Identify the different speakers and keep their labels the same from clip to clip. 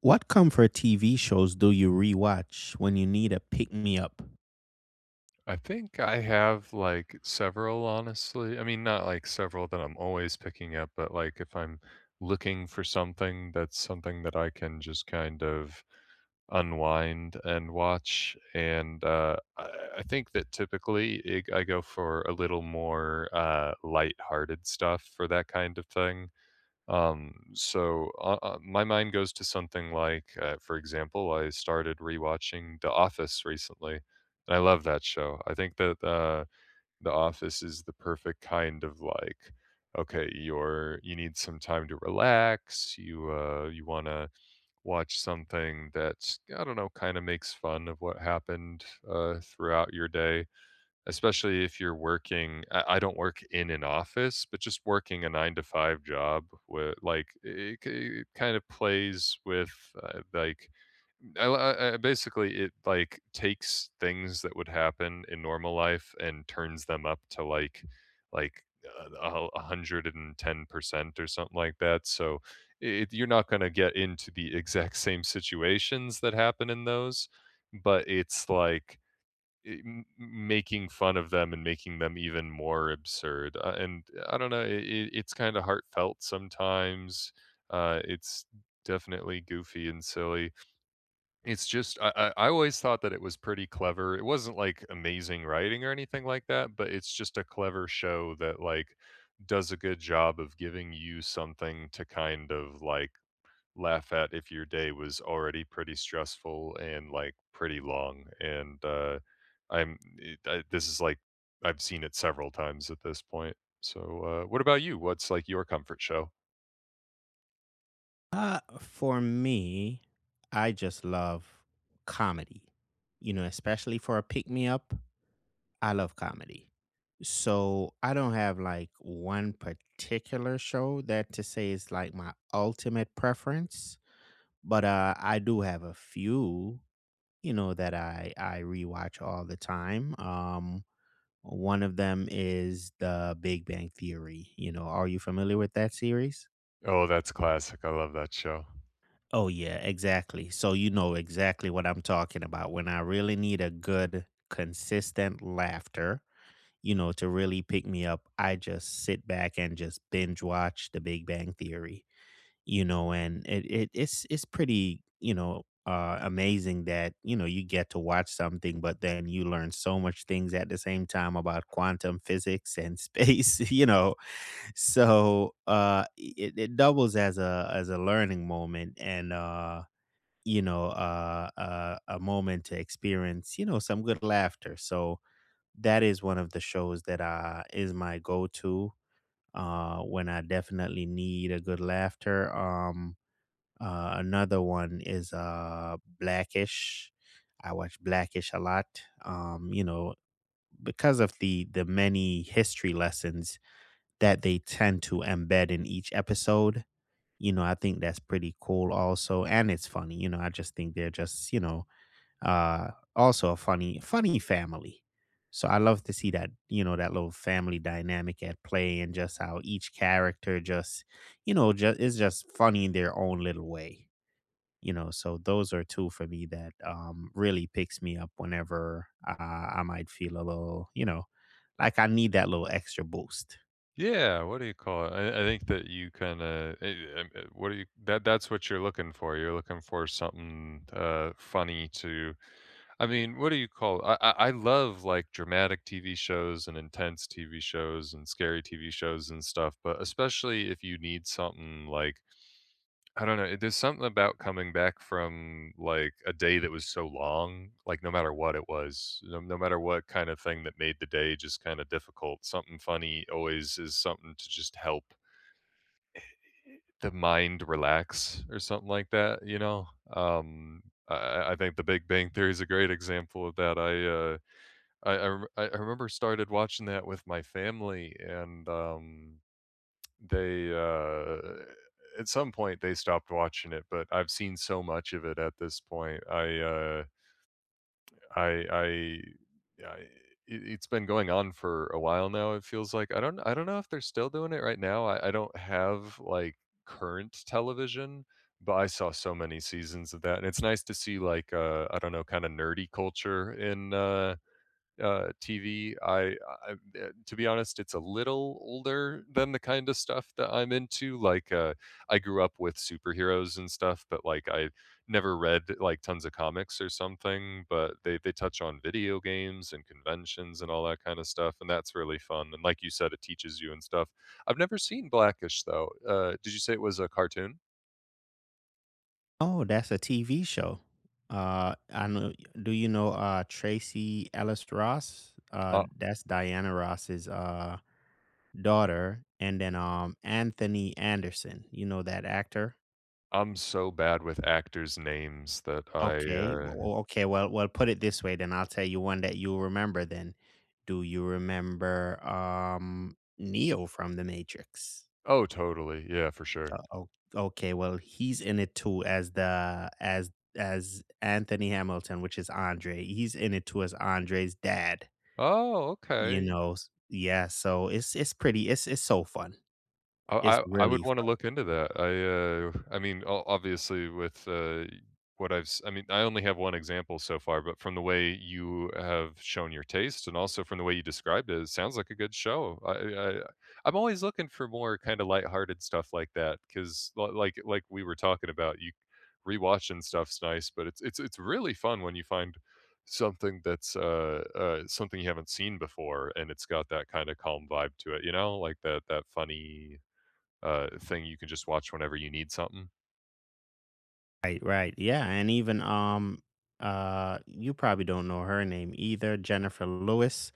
Speaker 1: What comfort TV shows do you rewatch when you need a pick me up?
Speaker 2: I think I have, like, several, honestly. I mean, not, like, several that I'm always picking up, but, like, if I'm looking for something, that's something that I can just kind of unwind and watch, and, I think that typically it I go for a little more, lighthearted stuff for that kind of thing. So my mind goes to something like, for example, I started rewatching The Office recently, and I love that show. I think that The Office is the perfect kind of like, okay, you need some time to relax. You want to watch something that's, I don't know, kind of makes fun of what happened throughout your day. Especially if you're working, I don't work in an office, but just working a 9 to 5 job with, like, it kind of plays with, like, I basically, it, like, takes things that would happen in normal life and turns them up to, like a 110% or something like that, so it you're not gonna get into the exact same situations that happen in those, but it's like, eh, making fun of them and making them even more absurd, and I don't know, it's kinda heartfelt sometimes, it's definitely goofy and silly. It's just, I always thought that it was pretty clever. It wasn't, like, amazing writing or anything like that, but it's just a clever show that, like, does a good job of giving you something to kind of, like, laugh at if your day was already pretty stressful and, like, pretty long. And this is like, I've seen it several times at this point, so what about you, what's, like, your comfort show?
Speaker 1: For me, I just love comedy. You know, especially for a pick me up, I love comedy. So I don't have like one particular show that to say is like my ultimate preference, but I do have a few, you know, that I rewatch all the time. One of them is The Big Bang Theory. You know, are you familiar with that series?
Speaker 2: Oh, that's classic. I love that show.
Speaker 1: Oh, yeah, exactly. So you know exactly what I'm talking about. When I really need a good, consistent laughter, you know, to really pick me up, I just sit back and just binge watch The Big Bang Theory. You know, and it's pretty, you know, amazing that you know you get to watch something, but then you learn so much things at the same time about quantum physics and space. You know, so it, it doubles as a learning moment and you know uh, a moment to experience you know some good laughter, so that is one of the shows that is my go-to when I definitely need a good laughter. Another one is Blackish. I watch Blackish a lot. Um, you know, because of the many history lessons that they tend to embed in each episode. You know, I think that's pretty cool also. And it's funny. You know, I just think they're just, you know, also a funny, funny family. So I love to see that, you know, that little family dynamic at play and just how each character just, you know, just is just funny in their own little way. You know, so those are two for me that really picks me up whenever I might feel a little, you know, like I need that little extra boost.
Speaker 2: Yeah, what do you call it? I think that you kind of, what do you that's what You're looking for something funny to. I mean, what do you call I love, like, dramatic TV shows and intense TV shows and scary TV shows and stuff, but especially if you need something like, I don't know, there's something about coming back from, like, a day that was so long, like, no matter what it was, no matter what kind of thing that made the day just kinda difficult, something funny always is something to just help the mind relax or something like that, you know? Um, I think The Big Bang Theory is a great example of that. I remember started watching that with my family, and, they, uh at some point, they stopped watching it, but I've seen so much of it at this point. I I I it it's been going on for a while now, it feels like. I don't know if they're still doing it right now. I don't have, like, current television, but I saw so many seasons of that, and it's nice to see, like, I don't know, kinda nerdy culture in, TV. I, to be honest, it's a little older than the kind of stuff that I'm into. Like, I grew up with superheroes and stuff, but, like, I never read, like, tons of comics or something. But they touch on video games and conventions and all that kind of stuff, and that's really fun. And, like you said, it teaches you and stuff. I've never seen Blackish though. Did you say it was a cartoon?
Speaker 1: Oh, that's a TV show. I know. Do you know Tracy Ellis Ross?
Speaker 2: Uh,
Speaker 1: That's Diana Ross's daughter, and then Anthony Anderson. You know that actor?
Speaker 2: I'm so bad with actors' names that I.
Speaker 1: Okay.
Speaker 2: Uh,
Speaker 1: Okay. Well, well, put it this way, then I'll tell you one that you'll remember. Then, do you remember Neo from The Matrix?
Speaker 2: oh, totally. Yeah, for sure.
Speaker 1: Uh, oh, okay. Well, he's in it too as the as Anthony Hamilton, which is Andre. He's in it too as Andre's dad.
Speaker 2: Oh,
Speaker 1: You
Speaker 2: okay.
Speaker 1: know, yeah. So it's pretty. It's so fun.
Speaker 2: I
Speaker 1: It's
Speaker 2: I I would
Speaker 1: really
Speaker 2: wanna
Speaker 1: fun.
Speaker 2: look into that. I mean, o obviously, with, what I've s I mean, I only have one example so far, but from the way you have shown your taste and also from the way you described it, it sounds like a good show. I I'm always looking for more kinda lighthearted stuff like that because, like we were talking about, you rewatching stuff's nice, but it's really fun when you find something that's, something you haven't seen before, and it's got that kinda calm vibe to it, you know? Like that funny, thing you can just watch whenever you need something.
Speaker 1: Right, right. Yeah, and even you probably don't know her name either, Jennifer Lewis.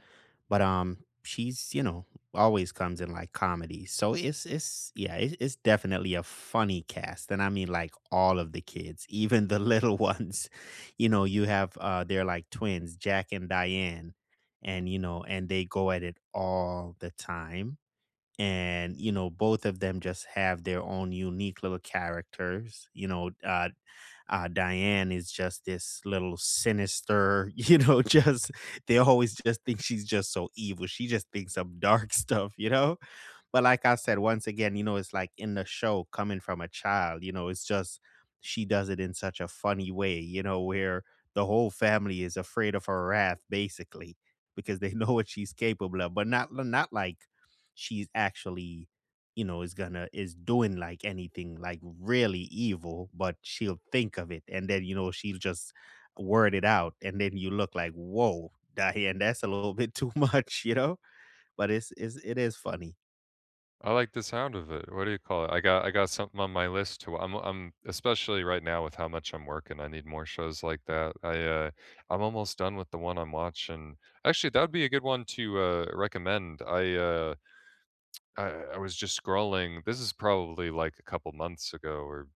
Speaker 1: But, she's, you know, always comes in, like, comedies, so it's yeah, it's definitely a funny cast, and I mean, like, all of the kids, even the little ones. You know, you have, they're like twins, Jack and Diane, and, you know, and they go at it all the time, and, you know, both of them just have their own unique little characters, you know, Diane is just this little sinister, you know, just they always just think she's just so evil. She just thinks some dark stuff, you know? But like I said, once again, you know, it's like in the show coming from a child, you know, it's just she does it in such a funny way, you know, where the whole family is afraid of her wrath basically because they know what she's capable of, but not like she's actually you know is gonna is doing like anything like really evil, but she'll think of it and then you know she'll just word it out and then you look like, whoa, Diane, that's a little bit too much, you know. But it's, it is funny.
Speaker 2: I like the sound of it. What do you call it? I got something on my list to. I'm especially right now with how much I'm working. I need more shows like that. I'm almost done with the one I'm watching. Actually, that'd be a good one to, recommend. I I was just scrolling. This is probably like a couple months ago, or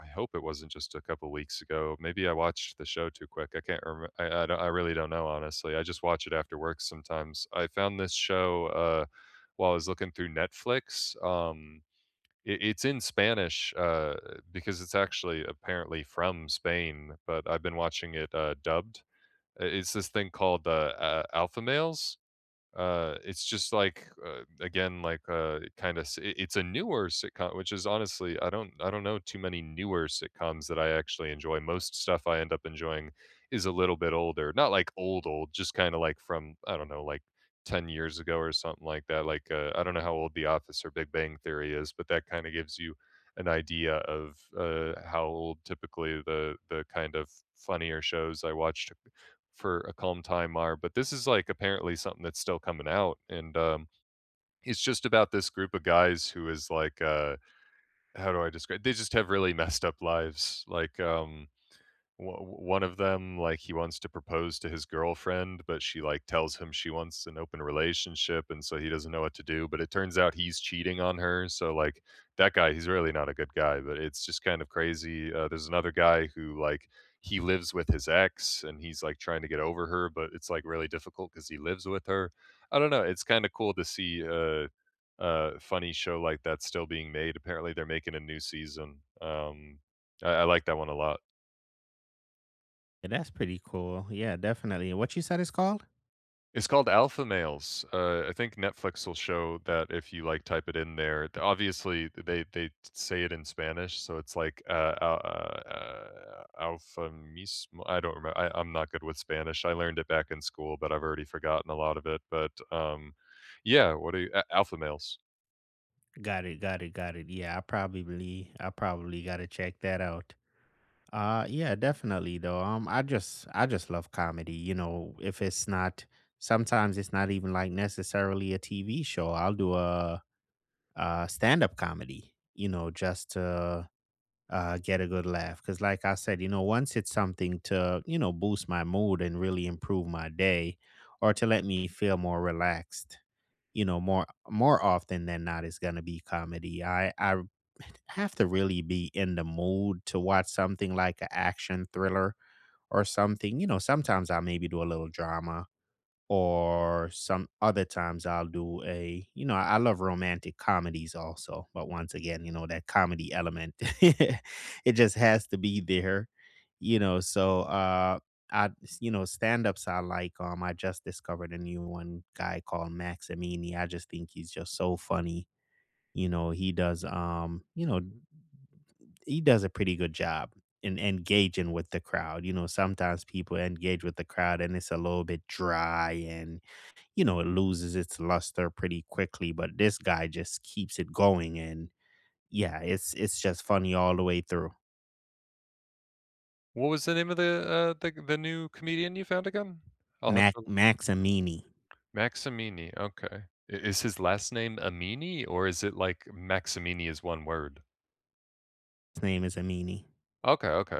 Speaker 2: I hope it wasn't just a couple weeks ago. Maybe I watched the show too quick. I can't remember. I really don't know, honestly. I just watch it after work sometimes. I found this show. While I was looking through Netflix. It's in Spanish, because it's actually apparently from Spain, but I've been watching it, dubbed. It's this thing called, Alpha Males. It's just like, again, like, kind of, it's a newer sitcom, which is honestly, I don't know too many newer sitcoms that I actually enjoy. Most stuff I end up enjoying is a little bit older, not like old, old, just kind of like from, I don't know, like 10 years ago or something like that. Like, I don't know how old The Office or Big Bang Theory is, but that kind of gives you an idea of, how old typically the kind of funnier shows I watched for A Calm Time are, but this is, like, apparently something that's still coming out, and, it's just about this group of guys who is, like, how do I describe, they just have really messed up lives, like, one of them, like, he wants to propose to his girlfriend, but she, like, tells him she wants an open relationship, and so he doesn't know what to do, but it turns out he's cheating on her, so, like, that guy, he's really not a good guy, but it's just kind of crazy. There's another guy who, like, he lives with his ex and he's, like, trying to get over her, but it's, like, really difficult because he lives with her. I don't know, it's kind of cool to see, funny show like that still being made. Apparently they're making a new season. I like that one a lot.
Speaker 1: Yeah, that's pretty cool. Yeah, definitely. What you said is called?
Speaker 2: It's called Alpha Males. I think Netflix will show that if you, like, type it in there. Th Obviously, they say it in Spanish, so it's like, al alfa mismo, I don't remember. I'm not good with Spanish. I learned it back in school, but I've already forgotten a lot of it, but, yeah, what are you, A, Alpha Males.
Speaker 1: Got it, got it, got it. Yeah, I probably gotta check that out. Uh, yeah, definitely though. I just love comedy. You know, if it's not sometimes it's not even like necessarily a TV show. I'll do a stand up comedy, you know, just to get a good laugh. Cause like I said, you know, once it's something to, you know, boost my mood and really improve my day or to let me feel more relaxed, you know, more often than not it's gonna be comedy. I have to really be in the mood to watch something like an action thriller or something. You know, sometimes I maybe do a little drama or some other times I'll do a, you know, I love romantic comedies also, but once again, you know, that comedy element, it just has to be there, you know, so, I you know, stand-ups I like. I just discovered a new one guy called Max Amini. I just think he's just so funny, you know, he does, you know, he does a pretty good job in engaging with the crowd, you know, sometimes people engage with the crowd and it's a little bit dry, and you know, it loses its luster pretty quickly, but this guy just keeps it going, and yeah, it's just funny all the way through.
Speaker 2: What was the name of the, the new comedian you found again? I'll have
Speaker 1: Mac
Speaker 2: to.
Speaker 1: Max Amini.
Speaker 2: Maximini, okay. I Is his last name Amini, or is it like Maximini is one word?
Speaker 1: His name is Amini.
Speaker 2: Okay, okay.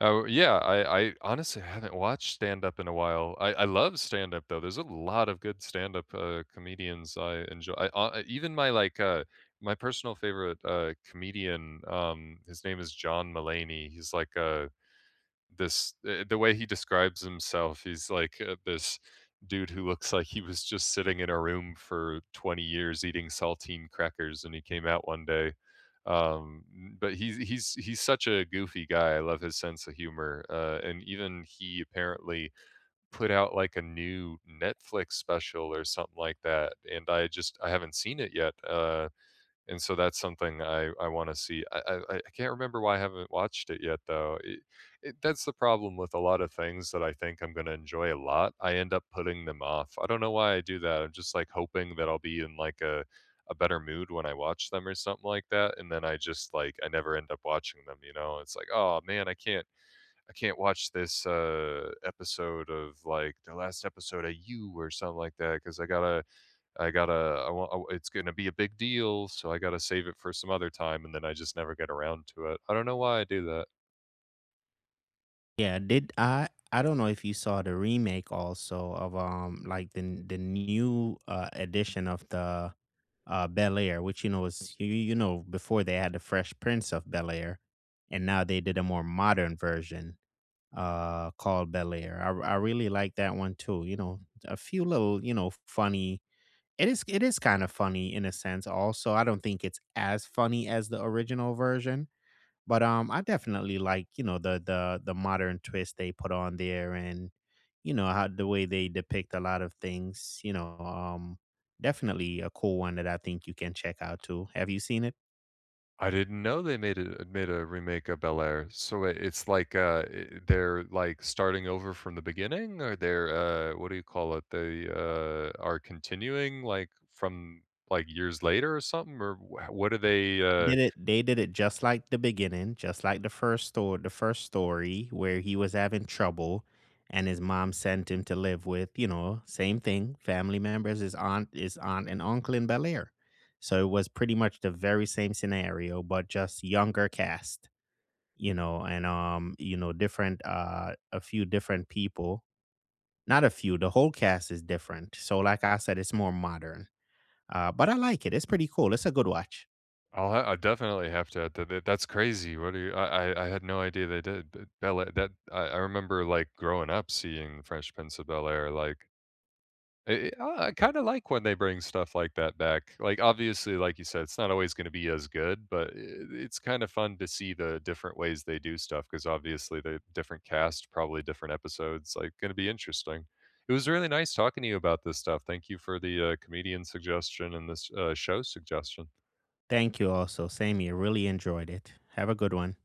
Speaker 2: Oh, yeah, I honestly haven't watched stand-up in a while. I love stand-up, though. There's a lot of good stand-up, comedians I enjoy. I even my, like, my personal favorite, comedian, his name is John Mulaney. He's like a this the way he describes himself, he's like, this dude who looks like he was just sitting in a room for 20 years eating saltine crackers and he came out one day. Um, but he's such a goofy guy. I love his sense of humor. And even he apparently put out like a new Netflix special or something like that. And I haven't seen it yet. And so that's something I wanna see. I can't remember why I haven't watched it yet, though. It that's the problem with a lot of things that I think I'm gonna enjoy a lot. I end up putting them off. I don't know why I do that. I'm just, like, hoping that I'll be in, like, a better mood when I watch them or something like that, and then I just, like, I never end up watching them, you know? It's like, "Oh, man, I can't watch this, episode of, like, the last episode of You or something like that because I gotta." I gotta, I want, it's gonna be a big deal, so I gotta save it for some other time, and then I just never get around to it. I don't know why I do that.
Speaker 1: Yeah, did I don't know if you saw the remake also of like the new edition of the Bel Air, which you know is you, you know, before they had the Fresh Prince of Bel Air, and now they did a more modern version called Bel Air. I really like that one too. You know, a few little, you know, funny. It is kind of funny in a sense also. I don't think it's as funny as the original version, but I definitely like, you know, the modern twist they put on there, and you know how the way they depict a lot of things, you know, definitely a cool one that I think you can check out too. Have you seen it?
Speaker 2: I didn't know they made a remake of Bel Air. So it's like, they're like starting over from the beginning, or they're what do you call it? They, are continuing, like, from, like, years later or something, or what are they?
Speaker 1: Did it They did it just like the beginning, just like the first story where he was having trouble and his mom sent him to live with, you know, same thing, family members, his aunt and uncle in Bel Air. So it was pretty much the very same scenario, but just younger cast, you know, and you know, different a few different people. Not a few, the whole cast is different. So like I said, it's more modern. But I like it. It's pretty cool. It's a good watch.
Speaker 2: I definitely have to add That's crazy. What do you I had no idea they did, but Bel-Air, that I remember, like, growing up seeing the Fresh Prince of Bel-Air. Like, I kinda like when they bring stuff like that back. Like, obviously, like you said, it's not always gonna be as good, but I it's kinda fun to see the different ways they do stuff. Because obviously the different cast, probably different episodes, like, gonna be interesting. It was really nice talking to you about this stuff. Thank you for the, comedian suggestion and this, show suggestion.
Speaker 1: Thank you also. Same here. Really enjoyed it. Have a good one.